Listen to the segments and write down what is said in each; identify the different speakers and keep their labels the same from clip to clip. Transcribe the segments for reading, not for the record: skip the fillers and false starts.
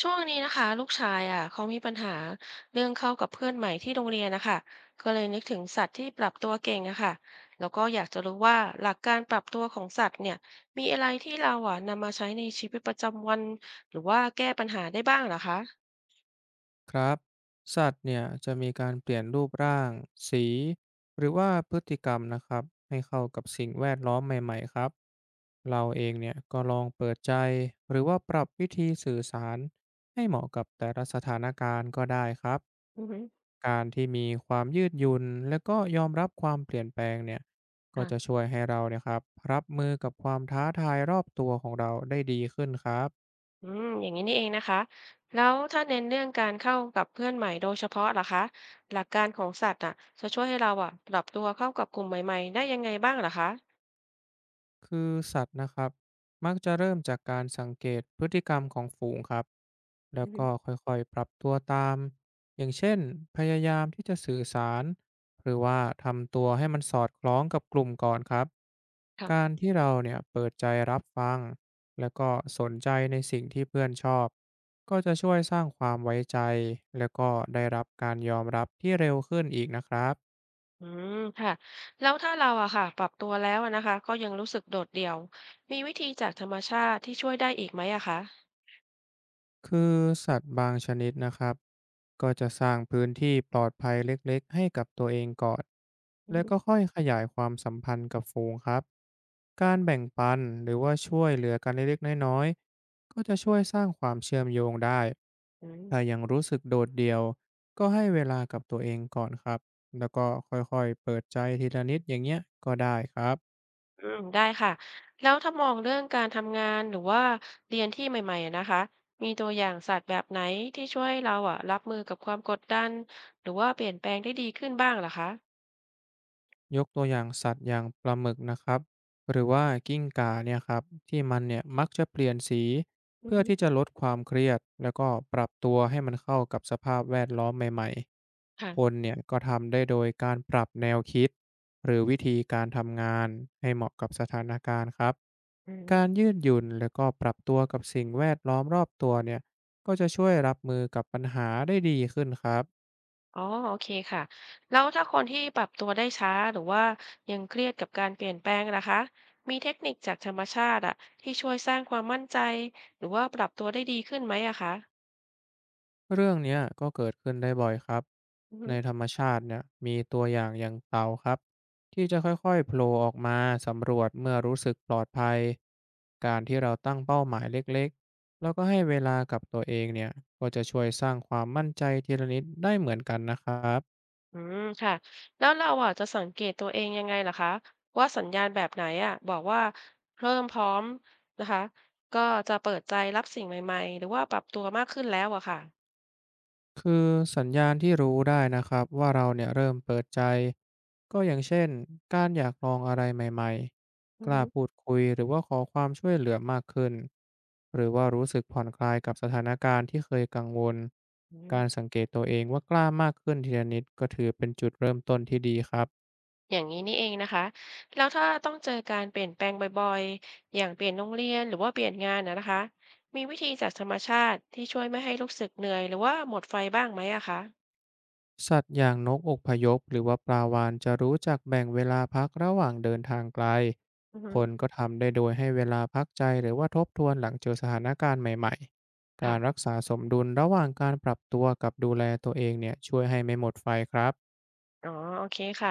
Speaker 1: ช่วงนี้นะคะลูกชายอ่ะเขามีปัญหาเรื่องเข้ากับเพื่อนใหม่ที่โรงเรียนนะคะก็เลยนึกถึงสัตว์ที่ปรับตัวเก่งนะคะแล้วก็อยากจะรู้ว่าหลักการปรับตัวของสัตว์เนี่ยมีอะไรที่เราอ่ะนำมาใช้ในชีวิตประจำวันหรือว่าแก้ปัญหาได้บ้างเหรอคะ
Speaker 2: ครับสัตว์เนี่ยจะมีการเปลี่ยนรูปร่างสีหรือว่าพฤติกรรมนะครับให้เข้ากับสิ่งแวดล้อมใหม่ๆครับเราเองเนี่ยก็ลองเปิดใจหรือว่าปรับวิธีสื่อสารให้เหมาะกับแต่ละสถานการณ์ก็ได้ครับ
Speaker 1: อือฮึ
Speaker 2: การที่มีความยืดหยุ่นและก็ยอมรับความเปลี่ยนแปลงเนี่ยก็จะ
Speaker 1: ค่ะ
Speaker 2: ช่วยให้เราเนี่ยครับรับมือกับความท้าทายรอบตัวของเราได้ดีขึ้นครับ
Speaker 1: อืมอย่างนี้นี่เองนะคะแล้วถ้าเน้นเรื่องการเข้ากับเพื่อนใหม่โดยเฉพาะล่ะคะหลักการของสัตว์อ่ะจะช่วยให้เราอ่ะปรับตัวเข้ากับกลุ่มใหม่ๆได้ยังไงบ้างเหรอคะ
Speaker 2: คือสัตว์นะครับมักจะเริ่มจากการสังเกตพฤติกรรมของฝูงครับแล้
Speaker 1: อื
Speaker 2: ว
Speaker 1: อฮึ
Speaker 2: ก็ค่อยๆปรับตัวตามอย่างเช่นพยายามที่จะสื่อสารหรือว่าทำตัวให้มันสอดคล้องกับกลุ่มก่อนครับการ
Speaker 1: ค่ะ
Speaker 2: ที่เราเนี่ยเปิดใจรับฟังแล้วก็สนใจในสิ่งที่เพื่อนชอบก็จะช่วยสร้างความไว้ใจแล้วก็ได้รับการยอมรับที่เร็วขึ้นอีกนะครับ
Speaker 1: อืมค่ะแล้วถ้าเราอะค่ะปรับตัวแล้วอะนะคะก็ยังรู้สึกโดดเดี่ยวมีวิธีจากธรรมชาติที่ช่วยได้อีกไหมอะคะ
Speaker 2: คือสัตว์บางชนิดนะครับก็จะสร้างพื้นที่ปลอดภัยเล็กๆให้กับตัวเองก่อน
Speaker 1: อื
Speaker 2: แล้ว
Speaker 1: ม
Speaker 2: ก็ค่อยขยายความสัมพันธ์กับฝูงครับการแบ่งปันหรือว่าช่วยเหลือกันเล็กๆน้อยๆก็จะช่วยสร้างความเชื่อมโยงได้
Speaker 1: อืม
Speaker 2: ถ้ายังรู้สึกโดดเดี่ยวก็ให้เวลากับตัวเองก่อนครับแล้วก็ค่อยๆเปิดใจทีละนิดอย่างเงี้ยก็ได้ครับ
Speaker 1: อืมได้ค่ะแล้วถ้ามองเรื่องการทำงานหรือว่าเรียนที่ใหม่ๆอะนะคะมีตัวอย่างสัตว์แบบไหนที่ช่วยเราอะรับมือกับความกดดันหรือว่าเปลี่ยนแปลงได้ดีขึ้นบ้างเหรอคะ
Speaker 2: ยกตัวอย่างสัตว์อย่างปลาหมึกนะครับหรือว่ากิ้งก่าเนี่ยครับที่มันเนี่ยมักจะเปลี่ยนสี
Speaker 1: อื
Speaker 2: เพื่อ
Speaker 1: ม
Speaker 2: ที่จะลดความเครียดแล้วก็ปรับตัวให้มันเข้ากับสภาพแวดล้อมใหม่
Speaker 1: ค่ะ
Speaker 2: ๆคนเนี่ยก็ทำได้โดยการปรับแนวคิดหรือวิธีการทำงานให้เหมาะกับสถานการณ์ครับ
Speaker 1: อื
Speaker 2: กา
Speaker 1: ม
Speaker 2: รยืดหยุ่นแล้วก็ปรับตัวกับสิ่งแวดล้อมรอบตัวเนี่ยก็จะช่วยรับมือกับปัญหาได้ดีขึ้นครับ
Speaker 1: อ๋อโอเคค่ะแล้วถ้าคนที่ปรับตัวได้ช้าหรือว่ายังเครียดกับการเปลี่ยนแปลงนะคะมีเทคนิคจากธรรมชาติอะที่ช่วยสร้างความมั่นใจหรือว่าปรับตัวได้ดีขึ้นไหมอะคะ
Speaker 2: เรื่องเนี้ยก็เกิดขึ้นได้บ่อยครับ
Speaker 1: อือฮึ
Speaker 2: ในธรรมชาติเนี่ยมีตัวอย่างอย่างเต่าครับที่จะค่อยๆโผล่ออกมาสำรวจเมื่อรู้สึกปลอดภัยการที่เราตั้งเป้าหมายเล็กๆแล้วก็ให้เวลากับตัวเองเนี่ยก็จะช่วยสร้างความมั่นใจทีละนิดได้เหมือนกันนะครับ
Speaker 1: อืมค่ะแล้วเราอะจะสังเกตตัวเองยังไงล่ะคะว่าสัญญาณแบบไหนอะบอกว่าเริ่มพร้อมนะคะก็จะเปิดใจรับสิ่งใหม่ๆหรือว่าปรับตัวมากขึ้นแล้วอะค่ะ
Speaker 2: คือสัญญาณที่รู้ได้นะครับว่าเราเนี่ยเริ่มเปิดใจก็อย่างเช่นการอยากลองอะไรใหม่ๆ
Speaker 1: อื
Speaker 2: ก
Speaker 1: อ
Speaker 2: ล้า
Speaker 1: ฮึ
Speaker 2: พูดคุยหรือว่าขอความช่วยเหลือมากขึ้นหรือว่ารู้สึกผ่อนคลายกับสถานการณ์ที่เคยกังวล
Speaker 1: อื
Speaker 2: กา
Speaker 1: ม
Speaker 2: รสังเกตตัวเองว่ากล้ามากขึ้นทีละนิดก็ถือเป็นจุดเริ่มต้นที่ดีครับ
Speaker 1: อย่างนี้นี่เองนะคะแล้วถ้าต้องเจอการเปลี่ยนแปลงบ่อยๆอย่างเปลี่ยนโรงเรียนหรือว่าเปลี่ยนงานนะคะมีวิธีจากธรรมชาติที่ช่วยไม่ให้รู้สึกเหนื่อยหรือว่าหมดไฟบ้างไหมอะคะ
Speaker 2: สัตว์อย่างนกอกพยพหรือว่าปลาวาฬจะรู้จักแบ่งเวลาพักระหว่างเดินทางไกล
Speaker 1: อือฮึ
Speaker 2: คนก็ทำได้โดยให้เวลาพักใจหรือว่าทบทวนหลังเจอสถานการณ์ใหม่ๆการรัก
Speaker 1: ค่ะ
Speaker 2: ษาสมดุลระหว่างการปรับตัวกับดูแลตัวเองเนี่ยช่วยให้ไม่หมดไฟครับ
Speaker 1: อ๋อโอเคค่ะ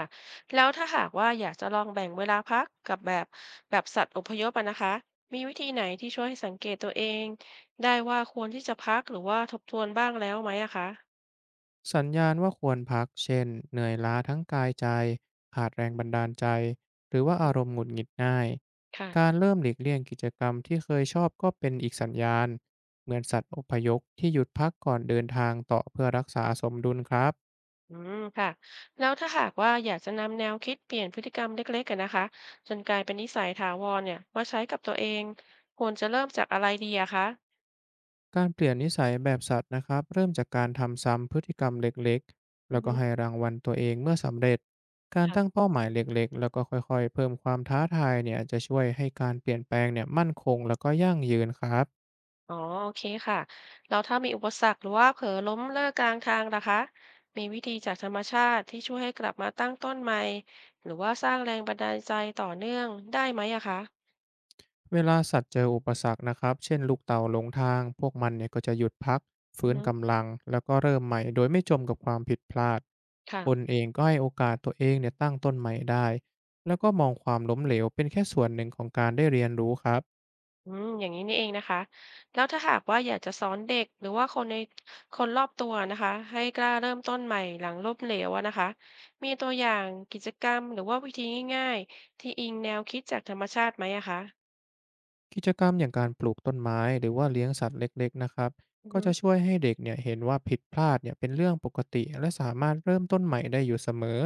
Speaker 1: แล้วถ้าหากว่าอยากจะลองแบ่งเวลาพักกับแบบสัตว์อพยพอะนะคะมีวิธีไหนที่ช่วยให้สังเกตตัวเองได้ว่าควรที่จะพักหรือว่าทบทวนบ้างแล้วไหมอะคะ
Speaker 2: สัญญาณว่าควรพักเช่นเหนื่อยล้าทั้งกายใจขาดแรงบันดาลใจ หรือว่า
Speaker 1: อื
Speaker 2: อารม
Speaker 1: ม
Speaker 2: ณ์หงุดหงิดง่าย
Speaker 1: ค่ะ
Speaker 2: การเริ่มหลีกเลี่ยงกิจกรรมที่เคยชอบก็เป็นอีกสัญญาณเหมือนสัตว์อพยพที่หยุดพักก่อนเดินทางต่อเพื่อรักษาสมดุลครับ
Speaker 1: อืมค่ะแล้วถ้าหากว่าอยากจะนำแนวคิดเปลี่ยนพฤติกรรมเล็กๆกันนะคะจนกลายเป็นนิสัยถาวรเนี่ยมาใช้กับตัวเองควรจะเริ่มจากอะไรดีอะคะ
Speaker 2: การเปลี่ยนนิสัยแบบสัตว์นะครับเริ่มจากการทำซ้ำพฤติกรรมเล็กๆ
Speaker 1: อื
Speaker 2: แล้
Speaker 1: อ
Speaker 2: วก็
Speaker 1: ฮึ
Speaker 2: ให้รางวัลตัวเองเมื่อสำเร็จการตั้ง
Speaker 1: ค่ะ
Speaker 2: เป้าหมายเล็กๆแล้วก็ค่อยๆเพิ่มความท้าทายเนี่ยจะช่วยให้การเปลี่ยนแปลงเนี่ยมั่นคงแล้วก็ยั่งยืนครับ
Speaker 1: อ๋อโอเคค่ะแล้วถ้ามีอุปสรรคหรือว่าเผลอล้มเลิกกลางทางล่ะคะมีวิธีจากธรรมชาติที่ช่วยให้กลับมาตั้งต้นใหม่หรือว่าสร้างแรงบันดาลใจต่อเนื่องได้ไหมอะคะ
Speaker 2: เวลาสัตว์เจออุปสรรคนะครับ เช่นลูกเต่าหลงทาง พวกมันเนี่ยก็จะหยุดพัก
Speaker 1: อื
Speaker 2: ฟื้
Speaker 1: อ
Speaker 2: น
Speaker 1: ฮึ
Speaker 2: กำลังแล้วก็เริ่มใหม่โดยไม่จมกับความผิดพลาด
Speaker 1: ค่ะ
Speaker 2: คนเองก็ให้โอกาสตัวเองเนี่ยตั้งต้นใหม่ได้ แล้วก็มองความล้มเหลวเป็นแค่ส่วนหนึ่งของการได้เรียนรู้ครับ
Speaker 1: อืมอย่างนี้นี่เองนะคะแล้วถ้าหากว่าอยากจะสอนเด็กหรือว่าคนรอบตัวนะคะให้กล้าเริ่มต้นใหม่หลังล้มเหลวอะนะคะมีตัวอย่างกิจกรรมหรือว่าวิธีง่ายๆที่อิงแนวคิดจากธรรมชาติไหมอะคะ
Speaker 2: กิจกรรมอย่างการปลูกต้นไม้หรือว่าเลี้ยงสัตว์เล็กๆนะครับ
Speaker 1: อือ
Speaker 2: ก็
Speaker 1: ฮึ
Speaker 2: จะช่วยให้เด็กเนี่ยเห็นว่าผิดพลาดเนี่ยเป็นเรื่องปกติและสามารถเริ่มต้นใหม่ได้อยู่เสมอ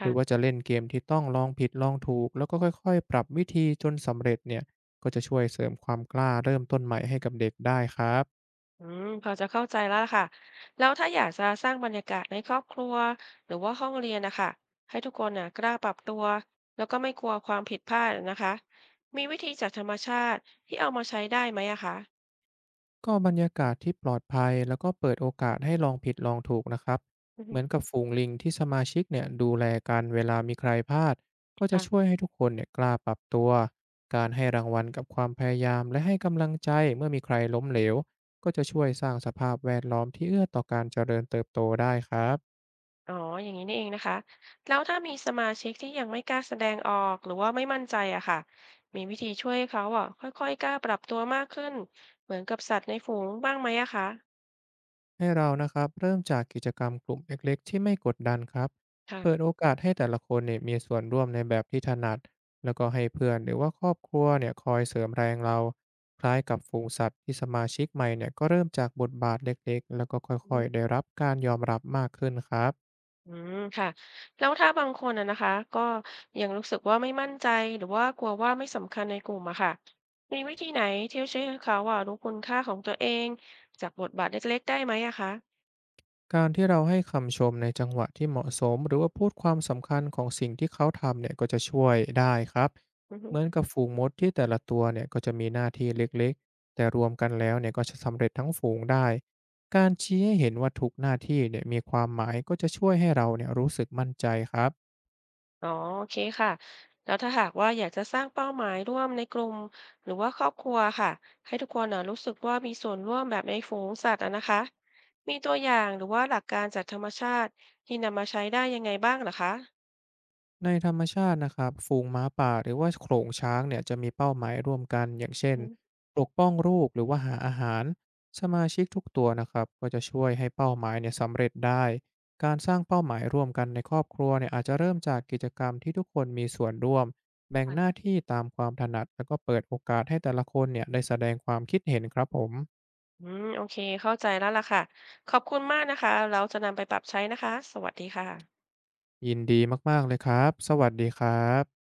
Speaker 2: หรือว่าจะ
Speaker 1: ่ะ
Speaker 2: เล่นเกมที่ต้องลองผิดลองถูกแล้วก็ค่อยๆปรับวิธีจนสำเร็จเนี่ยก็จะช่วยเสริมความกล้าเริ่มต้นใหม่ให้กับเด็กได้ครับ
Speaker 1: อืมพอจะเข้าใจแล้วล่ะค่ะแล้วถ้าอยากจะสร้างบรรยากาศในครอบครัวหรือว่าห้องเรียนนะคะให้ทุกคนน่ะกล้าปรับตัวแล้วก็ไม่กลัวความผิดพลาดนะคะมีวิธีจากธรรมชาติที่เอามาใช้ได้ไหมอะคะ
Speaker 2: ก็บรรยากาศที่ปลอดภัยแล้วก็เปิดโอกาสให้ลองผิดลองถูกนะครับ
Speaker 1: อือ
Speaker 2: เห
Speaker 1: ฮึ
Speaker 2: มือนกับฝูงลิงที่สมาชิกเนี่ยดูแลกันเวลามีใครพลาดก็จะช่วย
Speaker 1: ค่ะ
Speaker 2: ให้ทุกคนเนี่ยกล้าปรับตัวการให้รางวัลกับความพยายามและให้กำลังใจเมื่อมีใครล้มเหลวก็จะช่วยสร้างสภาพแวดล้อมที่เอื้อต่อการเจริญเติบโตได้ครับ
Speaker 1: อ๋ออย่างนี้นี่เองนะคะแล้วถ้ามีสมาชิกที่ยังไม่กล้าแสดงออกหรือว่าไม่มั่นใจอะค่ะมีวิธีช่วยให้เขาอะค่อยๆกล้าปรับตัวมากขึ้นเหมือนกับสัตว์ในฝูงบ้างไหมอะคะ
Speaker 2: ให้เรานะครับเริ่มจากกิจกรรมกลุ่มเล็กๆที่ไม่กดดันครับเปิด
Speaker 1: ค่ะ
Speaker 2: โอกาสให้แต่ละคนเนี่ยมีส่วนร่วมในแบบที่ถนัดแล้วก็ให้เพื่อนหรือว่าครอบครัวเนี่ยคอยเสริมแรงเราคล้ายกับฝูงสัตว์ที่สมาชิกใหม่เนี่ยก็เริ่มจากบทบาทเล็กๆแล้วก็ค่
Speaker 1: อื
Speaker 2: อยๆได้
Speaker 1: ม
Speaker 2: รับการยอมรับมากขึ้นครับ
Speaker 1: อืมค่ะแล้วถ้าบางคนอะนะคะก็ยังรู้สึกว่าไม่มั่นใจหรือว่ากลัวว่าไม่สำคัญในกลุ่มอะค่ะมีวิธีไหนที่จะช่วยให้เขาอะรู้คุณค่าของตัวเองจากบทบาทเล็กๆได้ไหมอะคะ
Speaker 2: การที่เราให้คำชมในจังหวะที่เหมาะสมหรือว่าพูดความสำคัญของสิ่งที่เขาทำเนี่ยก็จะช่วยได้ครับเหมือนกับฝูงมดที่แต่ละตัวเนี่ยก็จะมีหน้าที่เล็กๆแต่รวมกันแล้วเนี่ยก็จะสำเร็จทั้งฝูงได้การชี้ให้เห็นว่าทุกหน้าที่เนี่ยมีความหมายก็จะช่วยให้เราเนี่ยรู้สึกมั่นใจครับ
Speaker 1: อ๋อโอเคค่ะแล้วถ้าหากว่าอยากจะสร้างเป้าหมายร่วมในกลุ่มหรือว่าครอบครัวค่ะให้ทุกคนน่ะรู้สึกว่ามีส่วนร่วมแบบในฝูงสัตว์อะนะคะมีตัวอย่างหรือว่าหลักการจากธรรมชาติที่นำมาใช้ได้ยังไงบ้างเหรอคะ
Speaker 2: ในธรรมชาตินะครับฝูงม้าป่าหรือว่าโขลงช้างเนี่ยจะมีเป้าหมายร่วมกันอย่างเช่น
Speaker 1: อืม
Speaker 2: ปกป้องลูกหรือว่าหาอาหารสมาชิกทุกตัวนะครับก็จะช่วยให้เป้าหมายเนี่ยสำเร็จได้การสร้างเป้าหมายร่วมกันในครอบครัวเนี่ยอาจจะเริ่มจากกิจกรรมที่ทุกคนมีส่วนร่วมแบ่งหน้า
Speaker 1: ค่ะ
Speaker 2: ที่ตามความถนัดแล้วก็เปิดโอกาสให้แต่ละคนเนี่ยได้แสดงความคิดเห็นครับผม
Speaker 1: อืมโอเคเข้าใจแล้วล่ะค่ะขอบคุณมากนะคะเราจะนำไปปรับใช้นะคะสวัสดีค่ะ
Speaker 2: ยินดีมากๆเลยครับสวัสดีครับ